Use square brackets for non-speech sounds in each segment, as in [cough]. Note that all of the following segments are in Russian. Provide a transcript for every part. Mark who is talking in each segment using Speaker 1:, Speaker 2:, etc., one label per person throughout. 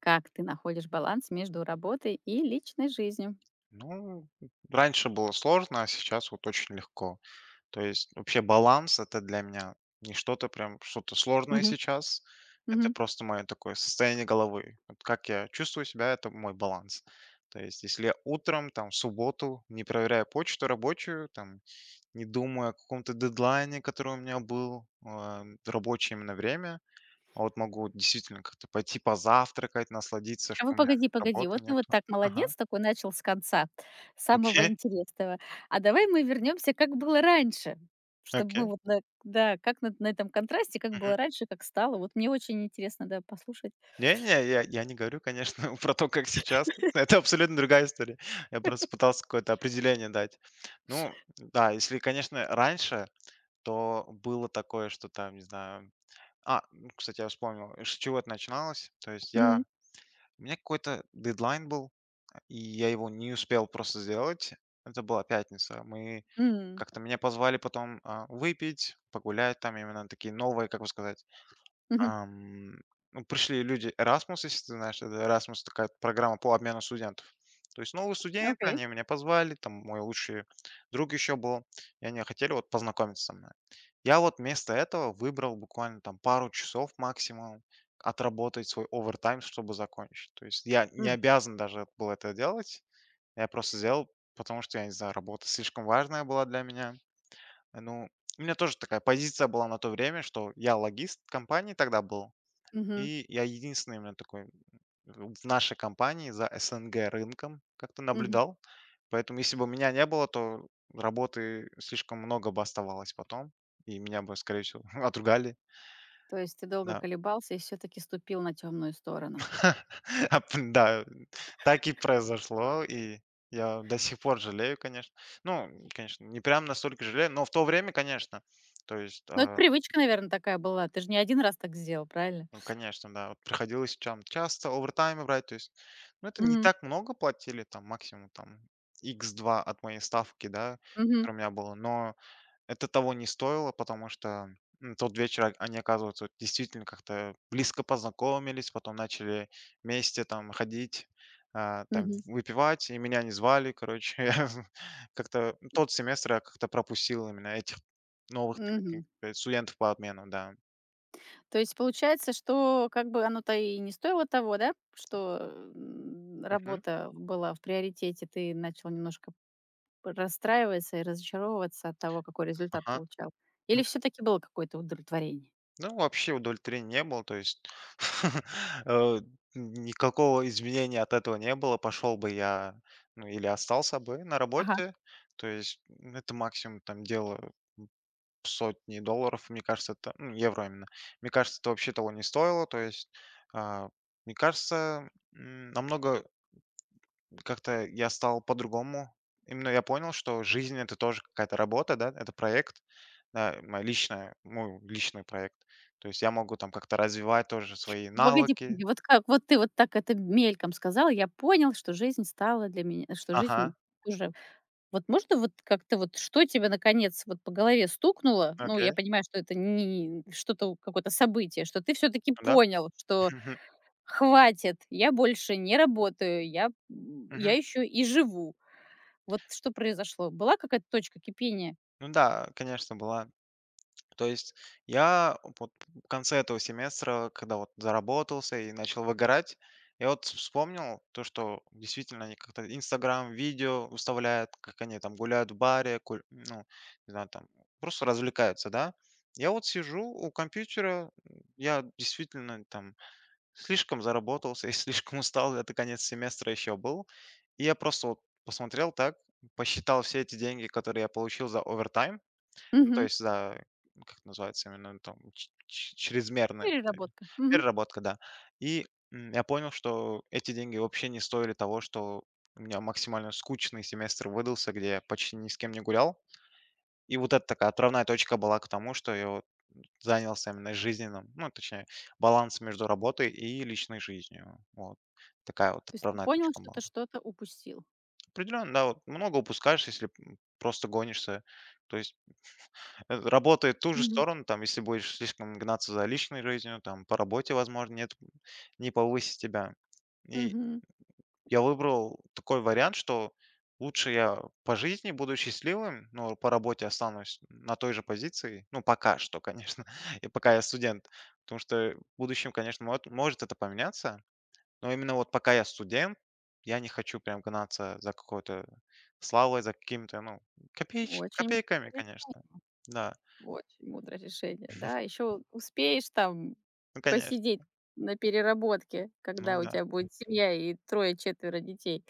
Speaker 1: Как ты находишь баланс между работой и личной жизнью?
Speaker 2: Ну, раньше было сложно, а сейчас вот очень легко. То есть вообще баланс- это для меня не что-то прям, что-то сложное
Speaker 1: Мгм,
Speaker 2: сейчас. Это
Speaker 1: мгм.
Speaker 2: просто мое такое состояние головы. Вот как я чувствую себя- это мой баланс. То есть если я утром, там, в субботу, не проверяя почту рабочую, там, не думаю о каком-то дедлайне, который у меня был, а, рабочее именно время, а вот могу действительно как-то пойти позавтракать, насладиться,
Speaker 1: А
Speaker 2: что
Speaker 1: вы
Speaker 2: у меня
Speaker 1: погоди, погоди,
Speaker 2: работы
Speaker 1: вот ты вот
Speaker 2: нету.
Speaker 1: так
Speaker 2: Ага.
Speaker 1: молодец, такой начал с конца, с самого
Speaker 2: Окей,
Speaker 1: интересного. А давай мы вернемся, как было раньше, чтобы мы
Speaker 2: окей.
Speaker 1: вот на, да, как на этом контрасте, как было раньше, как стало. Вот мне очень интересно, да, послушать.
Speaker 2: Не-не, я не говорю, конечно, [laughs] про то, как сейчас. Это абсолютно другая история. Я просто пытался какое-то определение дать. Ну да, если, конечно, раньше, то было такое, что там, не знаю. А, ну, кстати, я вспомнил, с чего это начиналось. То есть
Speaker 1: Мгм.
Speaker 2: я у меня какой-то дедлайн был, и я его не успел просто сделать. Это была пятница. Мы
Speaker 1: М,
Speaker 2: как-то меня позвали потом, а, выпить, погулять, там именно такие новые, как бы сказать.
Speaker 1: мгм.
Speaker 2: Ам, ну, пришли люди Erasmus, если ты знаешь, это Erasmus такая программа по обмену студентов. То есть новые студенты,
Speaker 1: Окей.
Speaker 2: они меня позвали, там мой лучший друг еще был, и они хотели вот познакомиться со мной. Я вот вместо этого выбрал буквально там пару часов максимум отработать свой овертайм, чтобы закончить. То есть я не
Speaker 1: М,
Speaker 2: обязан даже был это делать, я просто сделал, потому что, я не знаю, работа слишком важная была для меня. Ну, у меня тоже такая позиция была на то время, что я логист компании тогда был,
Speaker 1: мгм,
Speaker 2: и я единственный именно такой в нашей компании за СНГ рынком как-то
Speaker 1: мгм.
Speaker 2: наблюдал. Поэтому если бы меня не было, то работы слишком много бы оставалось потом, и меня бы, скорее всего, [laughs] отругали.
Speaker 1: То есть ты долго
Speaker 2: Да.
Speaker 1: колебался и все-таки ступил на темную сторону.
Speaker 2: [laughs] Ап да, так и произошло, и я до сих пор жалею, конечно. Ну, конечно, не прям настолько жалею, но в то время, конечно. То есть,
Speaker 1: Ну, это
Speaker 2: а,
Speaker 1: привычка, наверное, такая была. Ты же не один раз так сделал, правильно?
Speaker 2: ну, конечно, да. Вот приходилось там часто овертаймы брать, то есть, ну, это не
Speaker 1: Мгм,
Speaker 2: так много платили, там, максимум, там, икс два от моей ставки, да,
Speaker 1: мгм.
Speaker 2: которая у меня была, но это того не стоило, потому что м, тот вечер о- они, оказывается, вот действительно как-то близко познакомились, потом начали вместе там ходить, а, там,
Speaker 1: Мгм.
Speaker 2: выпивать, и меня не звали, короче. [laughs] Я я как-то пропустил именно этих новых таких,
Speaker 1: Мгм.
Speaker 2: э, студентов по обмену, да.
Speaker 1: То есть получается, что как бы оно-то и не стоило того, да, что,
Speaker 2: Мгм.
Speaker 1: работа была в приоритете, ты начал немножко п расстраиваться и разочаровываться от того, какой результат
Speaker 2: Ага.
Speaker 1: получал? Или все таки было какое-то удовлетворение?
Speaker 2: Ну, вообще удовлетворения не было, то есть [laughs] э, никакого изменения от этого не было. Пошел бы я, ну, или остался бы на
Speaker 1: Ага.
Speaker 2: работе. То есть м, это максимум там дело сотни долларов, мне кажется, это, ну, евро именно. Мне кажется, это вообще того не стоило. То есть, а, мне кажется, м, намного как-то я стал по-другому. Именно я понял, что жизнь- это тоже какая-то работа, да, это проект, да, моя личная мой личный проект. То есть я могу там как-то развивать тоже свои
Speaker 1: Погоди,
Speaker 2: навыки.
Speaker 1: погоди, вот как? Вот ты вот так это мельком сказал, я понял, что жизнь стала для меня что
Speaker 2: Ага,
Speaker 1: жизнь уже. Вот можно вот как-то вот, что тебя наконец вот по голове стукнуло? Ну,
Speaker 2: окей,
Speaker 1: я понимаю, что это не что-то, какое-то событие, что ты все-таки
Speaker 2: да.
Speaker 1: понял, что
Speaker 2: [laughs] Мгм.
Speaker 1: хватит, я больше не работаю, я еще и живу. Вот что произошло? Была какая-то точка кипения?
Speaker 2: Ну да, конечно, была. То есть я вот в конце этого семестра, когда вот заработался и начал выгорать, я вот вспомнил то, что действительно они как-то Инстаграм видео выставляют, как они там гуляют в баре, куль- ну, не знаю, там просто развлекаются, да. Я вот сижу у компьютера, я действительно там слишком заработался и [laughs] слишком устал, это конец семестра еще был. И я просто вот посмотрел так, посчитал все эти деньги, которые я получил за овертайм, ну, то
Speaker 1: Мгм.
Speaker 2: есть, да, как это называется именно, там, ч ч чрезмерная п-
Speaker 1: Переработка. Мгм.
Speaker 2: переработка, да. И, м, я понял, что эти деньги вообще не стоили того, что у меня максимально скучный семестр выдался, где я почти ни с кем не гулял. И вот это такая отправная точка была к тому, что я вот занялся именно жизненным, ну, точнее, балансом между работой и личной жизнью. Вот такая вот
Speaker 1: То есть ты
Speaker 2: отправная
Speaker 1: понял,
Speaker 2: точка
Speaker 1: что ты
Speaker 2: была.
Speaker 1: что-то упустил.
Speaker 2: Определенно, да, вот много упускаешь, если, м, просто гонишься. То есть э, работает в ту же
Speaker 1: Мгм.
Speaker 2: сторону, там, если будешь слишком гнаться за личной жизнью, там, по работе, возможно, нет, не повысит тебя. И
Speaker 1: Мгм.
Speaker 2: я выбрал такой вариант, что лучше я по жизни буду счастливым, но по работе останусь на той же позиции. Ну, пока что, конечно, [laughs] и пока я студент. Потому что в будущем, конечно, мот- может это поменяться, но именно вот пока я студент, я не хочу прям гнаться за какой-то славой, за каким-то, ну, копееч-
Speaker 1: Очень.
Speaker 2: копейками, конечно. Да,
Speaker 1: Очень мудрое решение, да. Еще успеешь там
Speaker 2: ну, конечно.
Speaker 1: посидеть на переработке,
Speaker 2: Ну
Speaker 1: когда у
Speaker 2: да.
Speaker 1: тебя будет семья и трое-четверо детей.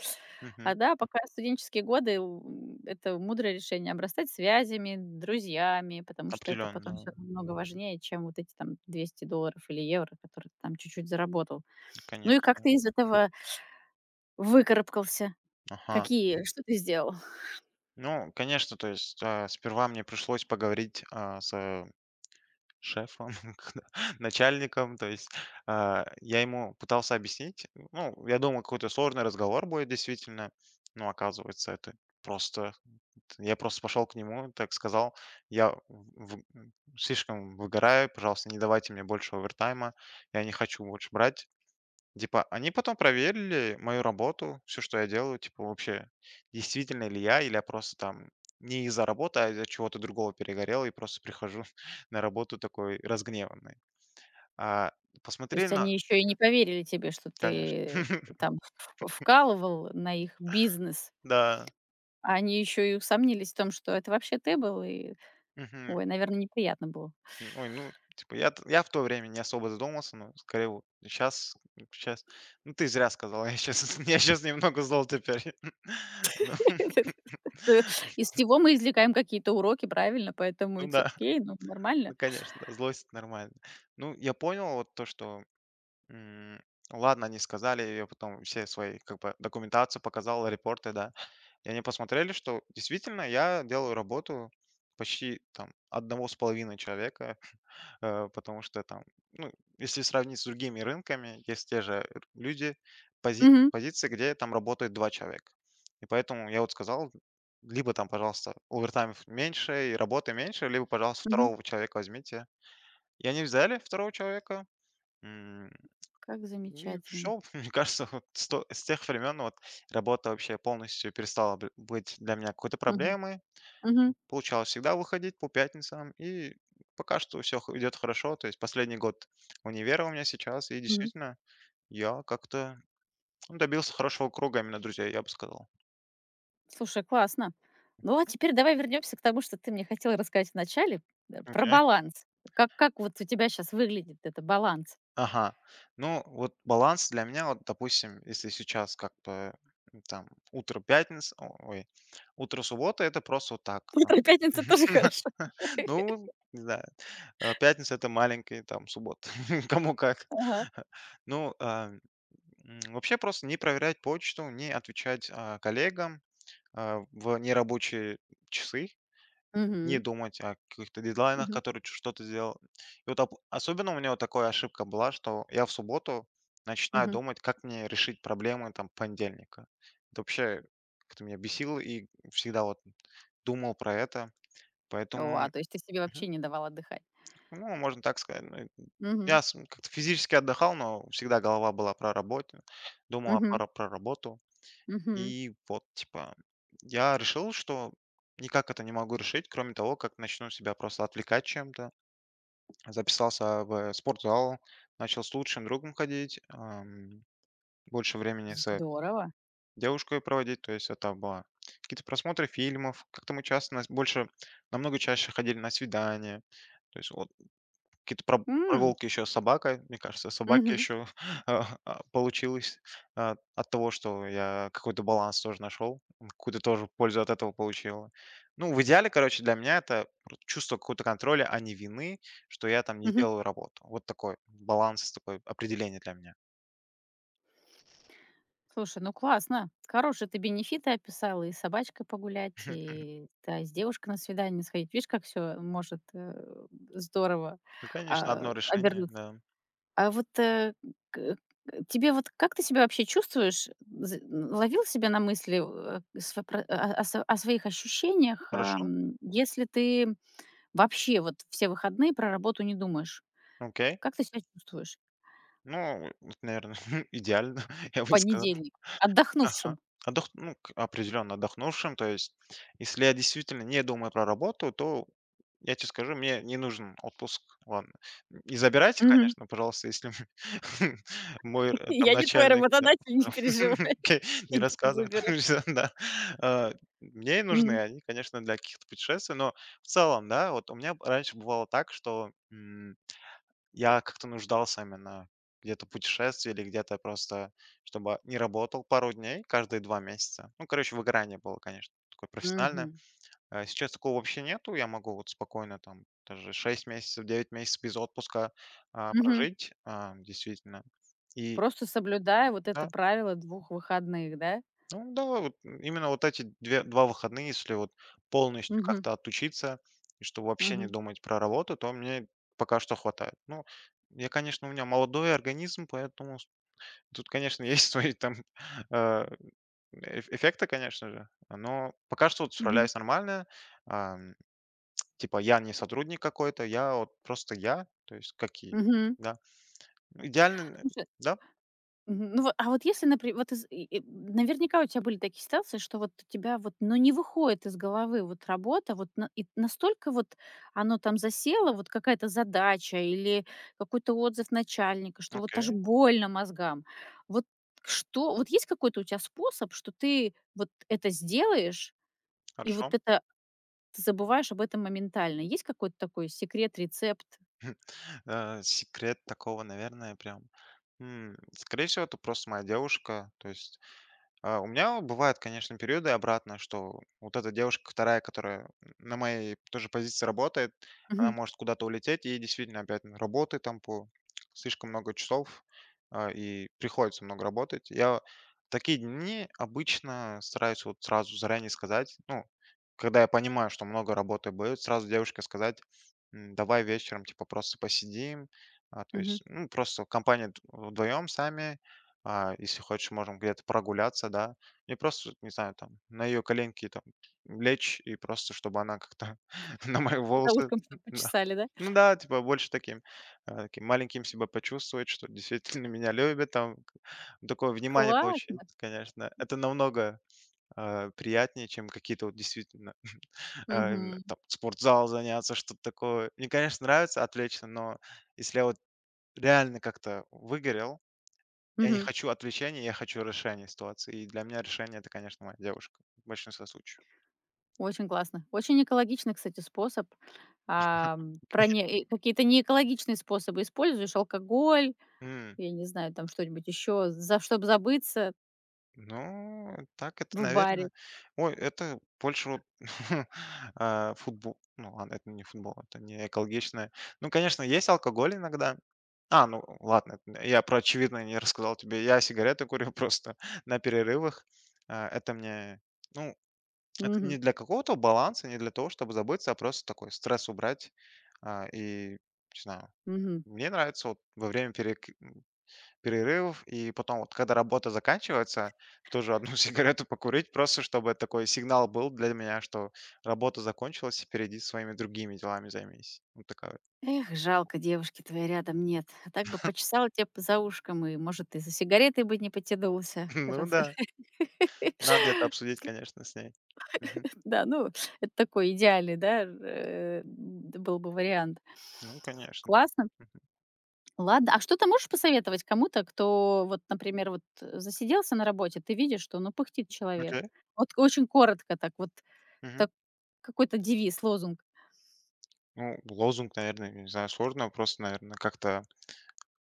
Speaker 1: А да, пока студенческие годы, это мудрое решение обрастать связями, друзьями, потому что это потом
Speaker 2: Определенно,
Speaker 1: все намного важнее, чем вот эти там 200 долларов или евро, которые ты там чуть-чуть заработал. Ну и как
Speaker 2: конечно.
Speaker 1: ты из этого выкарабкался?
Speaker 2: Ага.
Speaker 1: Какие что ты сделал?
Speaker 2: Ну, конечно, то есть, а, сперва мне пришлось поговорить, а, с шефом, [laughs] когда начальником. То есть, а, я ему пытался объяснить. Ну, я думал, какой-то сложный разговор будет действительно, но оказывается, это просто я просто пошел к нему, так сказал: "Я в слишком выгораю, пожалуйста, не давайте мне больше овертайма. Я не хочу больше брать". Типа, они потом проверили мою работу, все что я делаю, типа, вообще, действительно ли я, или я просто там не из-за работы, а из-за чего-то другого перегорел и просто прихожу [laughs] на работу такой разгневанный. А,
Speaker 1: То
Speaker 2: посмотрели
Speaker 1: есть
Speaker 2: на.
Speaker 1: они еще и не поверили тебе, что
Speaker 2: Конечно.
Speaker 1: ты
Speaker 2: [laughs]
Speaker 1: там в вкалывал на их бизнес.
Speaker 2: Да.
Speaker 1: А они еще и усомнились в том, что это вообще ты был, и,
Speaker 2: Мгм.
Speaker 1: ой, наверное, неприятно было.
Speaker 2: Ой, ну, типа, я в то время не особо задумался, но скорее вот сейчас. Ну, ты зря сказала, я сейчас [laughs] я сейчас немного зол теперь. [laughs] Ну
Speaker 1: [laughs] Э, Из всего мы извлекаем какие-то уроки, правильно?
Speaker 2: [laughs]
Speaker 1: Поэтому
Speaker 2: ну
Speaker 1: it's
Speaker 2: да,
Speaker 1: окей, ну,
Speaker 2: ну,
Speaker 1: нормально.
Speaker 2: конечно, да, злость- это нормально. Ну, я понял вот то, что м, ладно, они сказали, я потом все свои, как бы, документацию показал, репорты, да. И они посмотрели, что действительно я делаю работу почти там одного с половиной человека, [laughs] э, потому что там, ну, если сравнить с другими рынками, есть те же р- люди, пози-
Speaker 1: Мгм,
Speaker 2: позиции, где там работает два человека. И поэтому я вот сказал, либо там, пожалуйста, овертаймов меньше и работы меньше, либо, пожалуйста,
Speaker 1: мгм.
Speaker 2: второго человека возьмите. И они взяли второго человека.
Speaker 1: Как
Speaker 2: И
Speaker 1: замечательно.
Speaker 2: все, [laughs] мне кажется, вот с тех времен вот работа вообще полностью перестала б- быть для меня какой-то
Speaker 1: Мгм,
Speaker 2: проблемой.
Speaker 1: мгм,
Speaker 2: Получалось всегда выходить по пятницам, и пока что все идет хорошо. То есть последний год универа у меня сейчас, и
Speaker 1: мгм.
Speaker 2: действительно я как-то, ну, добился хорошего круга именно друзей, я бы сказал.
Speaker 1: Слушай, классно. Ну, а теперь давай вернемся к тому, что ты мне хотела рассказать вначале про
Speaker 2: Окей.
Speaker 1: баланс. Как вот у тебя сейчас выглядит это баланс?
Speaker 2: Ага. Ну, вот баланс для меня, вот, допустим, если сейчас как-то, м, там утро пятниц о- ой, утро субботы- это просто вот так.
Speaker 1: Утро пятницы тоже
Speaker 2: [laughs]
Speaker 1: хорошо. [laughs]
Speaker 2: Ну, не знаю, э, пятница- это маленькая там суббота, [laughs] кому как.
Speaker 1: Ага.
Speaker 2: [laughs] Ну, а, м, вообще просто не проверять почту, не отвечать, а, коллегам, а, в нерабочие часы, не
Speaker 1: Мгм.
Speaker 2: думать о каких-то дедлайнах,
Speaker 1: Мгм.
Speaker 2: которые ч- что-то сделал. И вот об особенно у меня вот такая ошибка была, что я в субботу начинаю
Speaker 1: Мгм.
Speaker 2: думать, как мне решить проблемы там понедельника. Это вообще как-то меня бесило и всегда вот думал про это,
Speaker 1: О, а,
Speaker 2: поэтому
Speaker 1: то есть ты себе вообще не давал отдыхать.
Speaker 2: ну, можно так сказать. Ну,
Speaker 1: Мгм.
Speaker 2: я с- как-то физически отдыхал, но всегда голова была про работу. Думал
Speaker 1: Мгм.
Speaker 2: о про работу.
Speaker 1: Мгм.
Speaker 2: И вот, типа, я решил, что никак это не могу решить, кроме того, как начну себя просто отвлекать чем-то. Записался в спортзал, начал с лучшим другом ходить, ам, больше времени с
Speaker 1: Здорово.
Speaker 2: девушкой проводить, то есть это было какие-то просмотры фильмов, как-то мы часто, нас больше, намного чаще ходили на свидания, то есть вот какие-то проб-
Speaker 1: М.
Speaker 2: прогулки еще с собакой. Мне кажется, собаки
Speaker 1: Мгм.
Speaker 2: еще, [laughs] получилось, а, от того, что я какой-то баланс тоже нашел, м, какую-то тоже пользу от этого получил. Ну, в идеале, короче, для меня это пр- чувство какого-то контроля, а не вины, что я там не
Speaker 1: Мгм.
Speaker 2: сделал работу. Вот такой баланс, такое определение для меня.
Speaker 1: Слушай, ну классно. Хорошие ты бенефиты описала. И с собачкой погулять,
Speaker 2: [laughs]
Speaker 1: и, да, с девушкой на свидание сходить. Видишь, как все может, здорово,
Speaker 2: Ну, конечно, одно решение,
Speaker 1: обернуться.
Speaker 2: да.
Speaker 1: А вот, к к тебе вот как ты себя вообще чувствуешь? З Ловил себя на мысли, э, св про о о св о своих ощущениях,
Speaker 2: Хорошо,
Speaker 1: если ты вообще вот все выходные про работу не думаешь?
Speaker 2: окей.
Speaker 1: Как ты себя чувствуешь
Speaker 2: Ну, наверное, [laughs] идеально, [laughs] я
Speaker 1: в
Speaker 2: бы сказал.
Speaker 1: понедельник
Speaker 2: Ага.
Speaker 1: отдохнувшим?
Speaker 2: Отдох- ну, к- определенно отдохнувшим. То есть, если я действительно не думаю про работу, то я тебе скажу, мне не нужен отпуск. Ладно. Не забирайте,
Speaker 1: Мгм.
Speaker 2: конечно, пожалуйста, если [laughs] мой,
Speaker 1: [laughs]
Speaker 2: э, там
Speaker 1: Я не твой
Speaker 2: начальник, да,
Speaker 1: работодатель, не переживай.
Speaker 2: [laughs] окей,
Speaker 1: [laughs]
Speaker 2: не
Speaker 1: Я тебя не
Speaker 2: рассказывает.
Speaker 1: заберу.
Speaker 2: [laughs] Да. А, мне и нужны
Speaker 1: М.
Speaker 2: они, конечно, для каких-то путешествий, но в целом, да, вот у меня раньше бывало так, что, я как-то нуждался именно где-то в путешествии или где-то просто, чтобы не работал пару дней каждые 2 месяца. Ну, короче, выгорание было, конечно, такое профессиональное.
Speaker 1: Мгм.
Speaker 2: А сейчас такого вообще нету. Я могу вот спокойно там даже 6 месяцев, 9 месяцев без отпуска, а,
Speaker 1: Мгм.
Speaker 2: прожить, а, действительно. И
Speaker 1: Просто соблюдая вот
Speaker 2: да,
Speaker 1: это правило двух выходных, да?
Speaker 2: ну да, вот именно вот эти две 2 выходные, если вот полностью
Speaker 1: Мгм.
Speaker 2: как-то отучиться, и чтобы вообще не
Speaker 1: Мгм.
Speaker 2: думать про работу, то мне пока что хватает. Ну, я, конечно, у меня молодой организм, поэтому тут, конечно, [laughs] есть свои там, [laughs] э, эф- эффекты, конечно же, но пока что вот
Speaker 1: Мгм.
Speaker 2: справляюсь нормально. Ам, типа я не сотрудник какой-то, я вот просто я, то есть какие?
Speaker 1: Мгм.
Speaker 2: Да. Идеально э,
Speaker 1: Слушай.
Speaker 2: да?
Speaker 1: Мгм. Ну, во а вот если, например, вот из и наверняка у тебя были такие ситуации, что вот у тебя вот, ну, не выходит из головы вот работа, вот на и настолько вот оно там засело, вот какая-то задача или какой-то отзыв начальника, что вот аж
Speaker 2: Окей,
Speaker 1: больно мозгам. Вот что вот есть какой-то у тебя способ, что ты вот это сделаешь, и
Speaker 2: хорошо.
Speaker 1: вот это ты забываешь об этом моментально? Есть какой-то такой секрет, рецепт?
Speaker 2: [laughs] Э, секрет такого, наверное, прям, м, скорее всего, это просто моя девушка. То есть а, у меня бывают, конечно, периоды обратно, что вот эта девушка вторая, которая на моей тоже позиции работает, она
Speaker 1: Мгм,
Speaker 2: может куда-то улететь, и действительно опять работы там по слишком много часов, а, и приходится много работать. Я в такие дни обычно стараюсь вот сразу заранее сказать, ну, когда я понимаю, что много работы будет, сразу девушке сказать, «М, давай вечером, типа, просто посидим, а, то
Speaker 1: мгм.
Speaker 2: есть, ну, просто компания вдвоем сами, а, если хочешь, можем где-то прогуляться, да. И просто, вот, не знаю, там, на ее коленки там лечь, и просто чтобы она как-то [laughs] на мои
Speaker 1: За
Speaker 2: волосы».
Speaker 1: ушком чтоб
Speaker 2: Да.
Speaker 1: почесали, да?
Speaker 2: Ну да, типа больше таким, э, таким маленьким себя почувствовать, что действительно [laughs] меня любят, там к- такое внимание получить,
Speaker 1: Классно.
Speaker 2: конечно. Это намного, э, приятнее, чем какие-то вот действительно, [laughs] э, именно
Speaker 1: Мгм,
Speaker 2: там спортзал заняться, что-то такое. Мне, конечно, нравится отвлечься, но если я вот реально как-то выгорел, я не
Speaker 1: мгм.
Speaker 2: хочу отвлечения, я хочу решения ситуации. И для меня решение- это, конечно, моя девушка в большинстве случаев.
Speaker 1: Очень классно. Очень экологичный, кстати, способ. Ам, про не и какие-то неэкологичные способы используешь: алкоголь,
Speaker 2: М,
Speaker 1: я не знаю, там что-нибудь еще, за чтобы забыться
Speaker 2: ну, так это,
Speaker 1: в баре?
Speaker 2: наверное. Ой, это больше вот, [laughs] а, футбол. Ну ладно, это не футбол, это не экологичное. Ну, конечно, есть алкоголь иногда. А, ну ладно, это я про очевидное не рассказал тебе. Я сигареты курю [laughs] просто на перерывах. А, это мне ну, это не
Speaker 1: Мгм,
Speaker 2: для какого-то баланса, не для того, чтобы забыться, а просто такой стресс убрать. А, и не знаю.
Speaker 1: мгм.
Speaker 2: Мне нравится вот во время перек- перерывов и потом вот, когда работа заканчивается, тоже одну [laughs] сигарету покурить, просто чтобы такой сигнал был для меня, что работа закончилась, и иди своими другими делами займись. Вот такая вот.
Speaker 1: Эх, жалко, девушки твоей рядом нет. А так бы почесала тя п за ушком, и, может, ты за сигаретой бы не потянулся,
Speaker 2: [laughs] Ну
Speaker 1: раз…
Speaker 2: да, надо это
Speaker 1: [laughs]
Speaker 2: обсудить, конечно, с ней. Мгм.
Speaker 1: Да, ну, это такой идеальный, да, был бы вариант.
Speaker 2: Ну, конечно.
Speaker 1: Классно.
Speaker 2: Мгм.
Speaker 1: Ладно, а что ты можешь посоветовать кому-то, кто вот, например, вот, засиделся на работе, ты видишь, что, ну, пыхтит
Speaker 2: Окей.
Speaker 1: человек. Вот очень коротко так вот,
Speaker 2: Мгм.
Speaker 1: так какой-то девиз, лозунг.
Speaker 2: Ну, лозунг, наверное, не знаю, сложно просто, наверное, как-то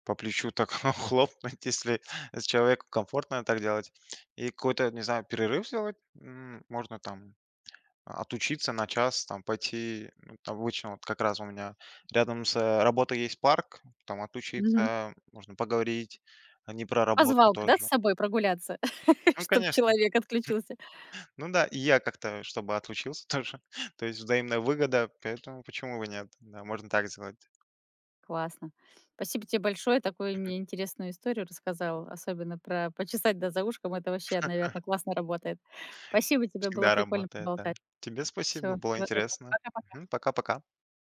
Speaker 2: по плечу так [laughs] хлопнуть, если с человеку комфортно так делать. И какой-то, не знаю, перерыв сделать. М, можно там отучиться на час, там пойти, ну, там обычно вот как раз у меня рядом с э, работой есть парк, там
Speaker 1: Мгм.
Speaker 2: отучиться, можно поговорить, а не про работу
Speaker 1: Позвал бы, да, с
Speaker 2: тоже.
Speaker 1: собой прогуляться, [laughs]
Speaker 2: Ну,
Speaker 1: чтобы
Speaker 2: конечно.
Speaker 1: человек отключился?
Speaker 2: Ну да, и я как-то, чтобы отучился тоже. [laughs] То есть взаимная выгода, поэтому почему бы нет? Да, можно так сделать.
Speaker 1: Классно. Спасибо тебе большое. Такую мне интересную историю рассказал, особенно про почесать, да, за ушком. Это вообще, наверное, классно работает. Спасибо тебе, было
Speaker 2: Всегда
Speaker 1: прикольно
Speaker 2: работает, да.
Speaker 1: поболтать.
Speaker 2: Тебе спасибо,
Speaker 1: Всё,
Speaker 2: было
Speaker 1: всего доброго.
Speaker 2: интересно.
Speaker 1: Пока-пока.
Speaker 2: Мгм, пока-пока.